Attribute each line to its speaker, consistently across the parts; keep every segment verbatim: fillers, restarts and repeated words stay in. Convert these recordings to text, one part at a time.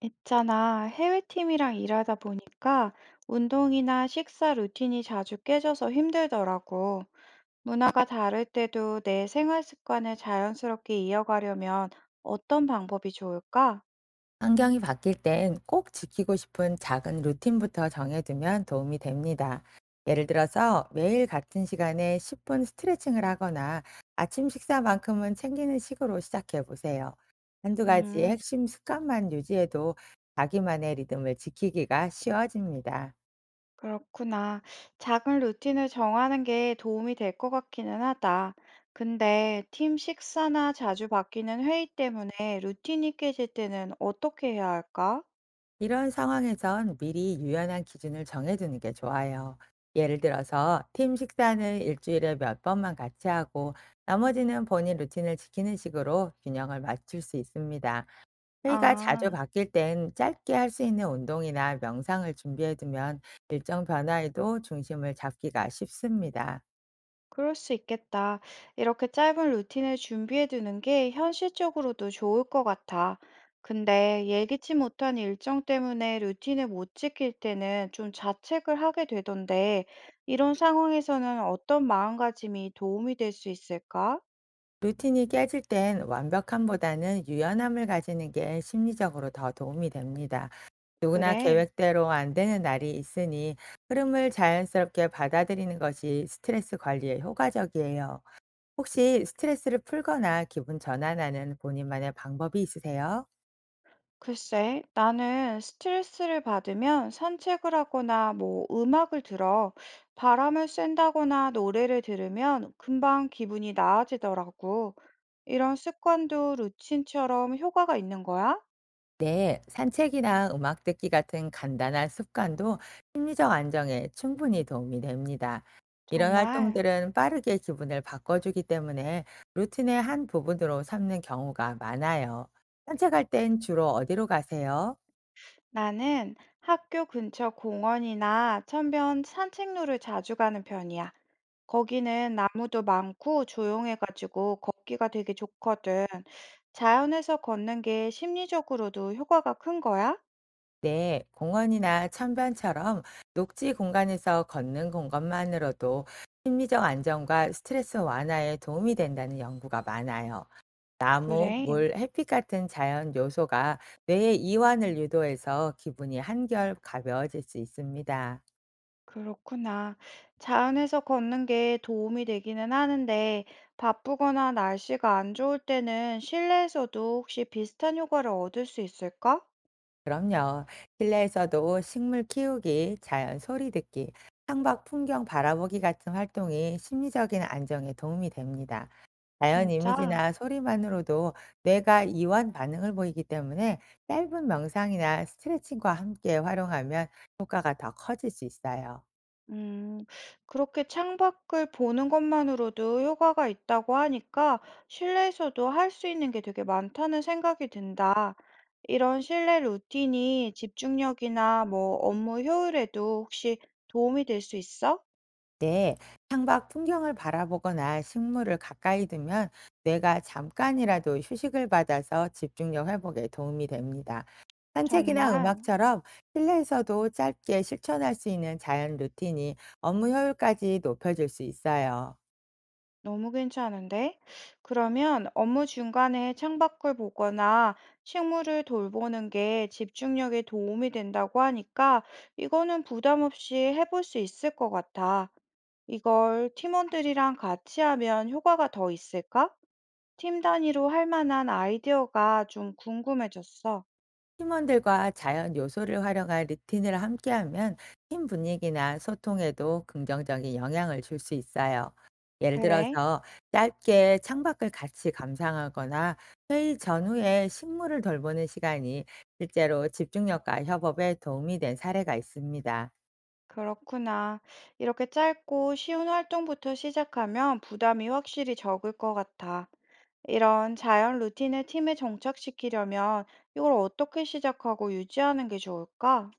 Speaker 1: 있잖아, 해외팀이랑 일하다 보니까 운동이나 식사 루틴이 자주 깨져서 힘들더라고. 문화가 다를 때도 내 생활 습관을 자연스럽게 이어가려면 어떤 방법이 좋을까?
Speaker 2: 환경이 바뀔 땐 꼭 지키고 싶은 작은 루틴부터 정해두면 도움이 됩니다. 예를 들어서 매일 같은 시간에 십 분 스트레칭을 하거나 아침 식사만큼은 챙기는 식으로 시작해 보세요. 한두 가지
Speaker 1: 음,
Speaker 2: 핵심 습관만 유지해도 자기만의 리듬을 지키기가 쉬워집니다.
Speaker 1: 그렇구나. 작은 루틴을 정하는 게 도움이 될 것 같기는 하다. 근데 팀 식사나 자주 바뀌는 회의 때문에 루틴이 깨질 때는 어떻게 해야 할까?
Speaker 2: 이런 상황에선 미리 유연한 기준을 정해두는 게 좋아요. 예를 들어서 팀 식사는 일주일에 몇 번만 같이 하고 나머지는 본인 루틴을 지키는 식으로 균형을 맞출 수 있습니다. 회의가 자주
Speaker 1: 아.
Speaker 2: 바뀔 땐 짧게 할 수 있는 운동이나 명상을 준비해두면 일정 변화에도 중심을 잡기가 쉽습니다.
Speaker 1: 그럴 수 있겠다. 이렇게 짧은 루틴을 준비해 두는 게 현실적으로도 좋을 것 같아. 근데 예기치 못한 일정 때문에 루틴을 못 지킬 때는 좀 자책을 하게 되던데, 이런 상황에서는 어떤 마음가짐이 도움이 될 수 있을까?
Speaker 2: 루틴이 깨질 땐 완벽함보다는 유연함을 가지는 게 심리적으로 더 도움이 됩니다. 누구나
Speaker 1: 그래.
Speaker 2: 계획대로 안 되는 날이 있으니 흐름을 자연스럽게 받아들이는 것이 스트레스 관리에 효과적이에요. 혹시 스트레스를 풀거나 기분 전환하는 본인만의 방법이 있으세요?
Speaker 1: 글쎄, 나는 스트레스를 받으면 산책을 하거나 뭐 음악을 들어. 바람을 쐰다거나 노래를 들으면 금방 기분이 나아지더라고. 이런 습관도 루틴처럼 효과가 있는 거야?
Speaker 2: 네, 산책이나 음악 듣기 같은 간단한 습관도 심리적 안정에 충분히 도움이 됩니다. 이런
Speaker 1: 정말.
Speaker 2: 활동들은 빠르게 기분을 바꿔주기 때문에 루틴의 한 부분으로 삼는 경우가 많아요. 산책할 땐 주로 어디로 가세요?
Speaker 1: 나는 학교 근처 공원이나 천변 산책로를 자주 가는 편이야. 거기는 나무도 많고 조용해가지고 걷기가 되게 좋거든. 자연에서 걷는 게 심리적으로도 효과가 큰 거야?
Speaker 2: 네, 공원이나 천반처럼 녹지 공간에서 걷는 공간만으로도 심리적 안정과 스트레스 완화에 도움이 된다는 연구가 많아요. 나무,
Speaker 1: 그래,
Speaker 2: 물, 햇빛 같은 자연 요소가 뇌의 이완을 유도해서 기분이 한결 가벼워질 수 있습니다.
Speaker 1: 그렇구나. 자연에서 걷는 게 도움이 되기는 하는데 바쁘거나 날씨가 안 좋을 때는 실내에서도 혹시 비슷한 효과를 얻을 수 있을까?
Speaker 2: 그럼요. 실내에서도 식물 키우기, 자연 소리 듣기, 창밖 풍경 바라보기 같은 활동이 심리적인 안정에 도움이 됩니다. 자연
Speaker 1: 진짜?
Speaker 2: 이미지나 소리만으로도 뇌가 이완 반응을 보이기 때문에 짧은 명상이나 스트레칭과 함께 활용하면 효과가 더 커질 수 있어요.
Speaker 1: 음, 그렇게 창밖을 보는 것만으로도 효과가 있다고 하니까 실내에서도 할 수 있는 게 되게 많다는 생각이 든다. 이런 실내 루틴이 집중력이나 뭐 업무 효율에도 혹시 도움이 될 수 있어?
Speaker 2: 네, 창밖 풍경을 바라보거나 식물을 가까이 두면 뇌가 잠깐이라도 휴식을 받아서 집중력 회복에 도움이 됩니다. 산책이나
Speaker 1: 정말.
Speaker 2: 음악처럼 실내에서도 짧게 실천할 수 있는 자연 루틴이 업무 효율까지 높여줄 수 있어요.
Speaker 1: 너무 괜찮은데? 그러면 업무 중간에 창밖을 보거나 식물을 돌보는 게 집중력에 도움이 된다고 하니까 이거는 부담 없이 해볼 수 있을 것 같아. 이걸 팀원들이랑 같이 하면 효과가 더 있을까? 팀 단위로 할 만한 아이디어가 좀 궁금해졌어.
Speaker 2: 팀원들과 자연 요소를 활용한 루틴을 함께하면 팀 분위기나 소통에도 긍정적인 영향을 줄 수 있어요. 예를
Speaker 1: 그래,
Speaker 2: 들어서 짧게 창밖을 같이 감상하거나 회의 전후에 식물을 돌보는 시간이 실제로 집중력과 협업에 도움이 된 사례가 있습니다.
Speaker 1: 그렇구나. 이렇게 짧고 쉬운 활동부터 시작하면 부담이 확실히 적을 것 같아. 이런 자연 루틴을 팀에 정착시키려면 이걸 어떻게 시작하고 유지하는 게 좋을까?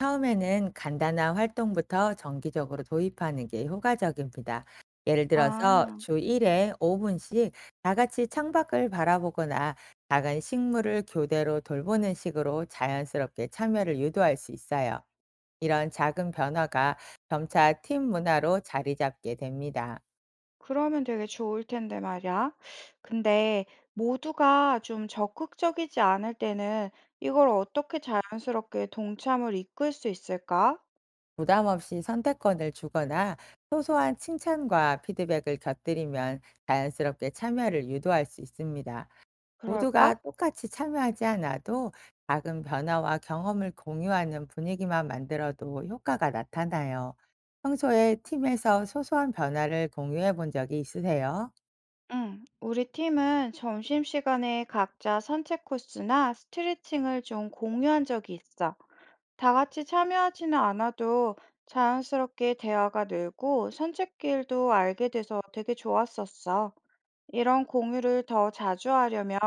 Speaker 2: 처음에는 간단한 활동부터 정기적으로 도입하는 게 효과적입니다. 예를 들어서
Speaker 1: 아,
Speaker 2: 주 일 회 오 분씩 다 같이 창밖을 바라보거나 작은 식물을 교대로 돌보는 식으로 자연스럽게 참여를 유도할 수 있어요. 이런 작은 변화가 점차 팀 문화로 자리 잡게 됩니다.
Speaker 1: 그러면 되게 좋을 텐데 말이야. 근데 모두가 좀 적극적이지 않을 때는 이걸 어떻게 자연스럽게 동참을 이끌 수 있을까?
Speaker 2: 부담 없이 선택권을 주거나 소소한 칭찬과 피드백을 곁들이면 자연스럽게 참여를 유도할 수 있습니다.
Speaker 1: 그럴까?
Speaker 2: 모두가 똑같이 참여하지 않아도 작은 변화와 경험을 공유하는 분위기만 만들어도 효과가 나타나요. 평소에 팀에서 소소한 변화를 공유해 본 적이 있으세요?
Speaker 1: 응, 우리 팀은 점심시간에 각자 산책 코스나 스트레칭을 좀 공유한 적이 있어. 다 같이 참여하지는 않아도 자연스럽게 대화가 늘고 산책길도 알게 돼서 되게 좋았었어. 이런 공유를 더 자주 하려면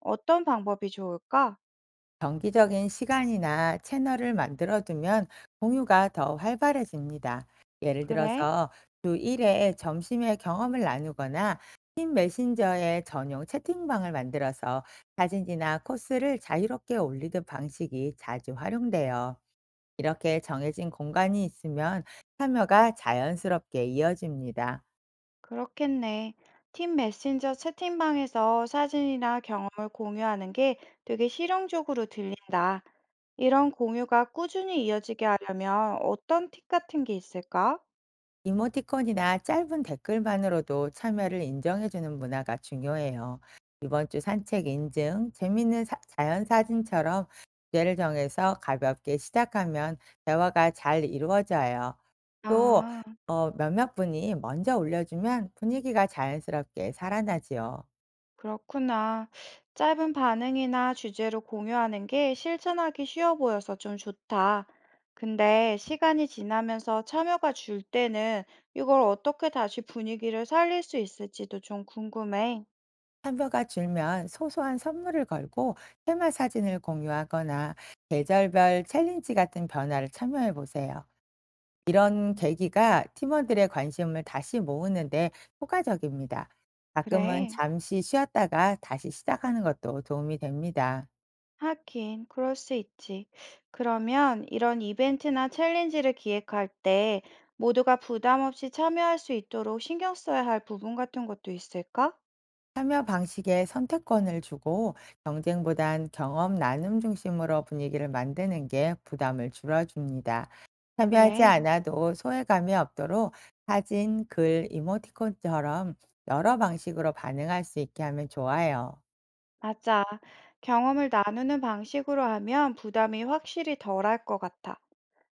Speaker 1: 어떤 방법이 좋을까?
Speaker 2: 정기적인 시간이나 채널을 만들어두면 공유가 더 활발해집니다. 예를
Speaker 1: 그래?
Speaker 2: 들어서 주 일 회 점심에 경험을 나누거나 팀 메신저에 전용 채팅방을 만들어서 사진이나 코스를 자유롭게 올리는 방식이 자주 활용돼요. 이렇게 정해진 공간이 있으면 참여가 자연스럽게 이어집니다.
Speaker 1: 그렇겠네. 팀 메신저 채팅방에서 사진이나 경험을 공유하는 게 되게 실용적으로 들린다. 이런 공유가 꾸준히 이어지게 하려면 어떤 팁 같은 게 있을까?
Speaker 2: 이모티콘이나 짧은 댓글만으로도 참여를 인정해주는 문화가 중요해요. 이번 주 산책 인증, 재밌는 사- 자연 사진처럼 주제를 정해서 가볍게 시작하면 대화가 잘 이루어져요. 또
Speaker 1: 아.
Speaker 2: 어, 몇몇 분이 먼저 올려주면 분위기가 자연스럽게 살아나지요.
Speaker 1: 그렇구나. 짧은 반응이나 주제로 공유하는 게 실천하기 쉬워 보여서 좀 좋다. 근데 시간이 지나면서 참여가 줄 때는 이걸 어떻게 다시 분위기를 살릴 수 있을지도 좀 궁금해.
Speaker 2: 참여가 줄면 소소한 선물을 걸고 테마 사진을 공유하거나 계절별 챌린지 같은 변화를 참여해 보세요. 이런 계기가 팀원들의 관심을 다시 모으는데 효과적입니다. 가끔은
Speaker 1: 그래.
Speaker 2: 잠시 쉬었다가 다시 시작하는 것도 도움이 됩니다.
Speaker 1: 하긴, 그럴 수 있지. 그러면 이런 이벤트나 챌린지를 기획할 때 모두가 부담 없이 참여할 수 있도록 신경 써야 할 부분 같은 것도 있을까?
Speaker 2: 참여 방식에 선택권을 주고 경쟁보단 경험 나눔 중심으로 분위기를 만드는 게 부담을 줄여줍니다. 참여하지
Speaker 1: 그래.
Speaker 2: 않아도 소외감이 없도록 사진, 글, 이모티콘처럼 여러 방식으로 반응할 수 있게 하면 좋아요.
Speaker 1: 맞아. 경험을 나누는 방식으로 하면 부담이 확실히 덜할 것 같아.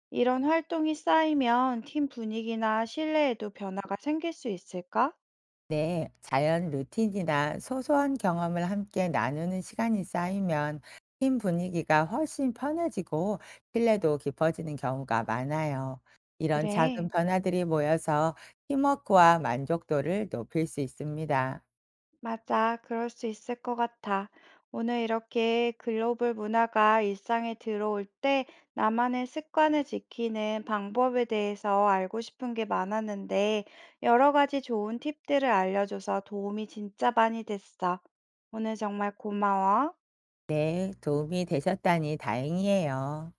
Speaker 1: 이런 활동이 쌓이면 팀 분위기나 신뢰에도 변화가 생길 수 있을까?
Speaker 2: 네, 자연 루틴이나 소소한 경험을 함께 나누는 시간이 쌓이면 팀 분위기가 훨씬 편해지고 신뢰도 깊어지는 경우가 많아요. 이런 작은
Speaker 1: 그래,
Speaker 2: 변화들이 모여서 팀워크와 만족도를 높일 수 있습니다.
Speaker 1: 맞아. 그럴 수 있을 것 같아. 오늘 이렇게 글로벌 문화가 일상에 들어올 때 나만의 습관을 지키는 방법에 대해서 알고 싶은 게 많았는데 여러 가지 좋은 팁들을 알려줘서 도움이 진짜 많이 됐어. 오늘 정말 고마워.
Speaker 2: 네, 도움이 되셨다니 다행이에요.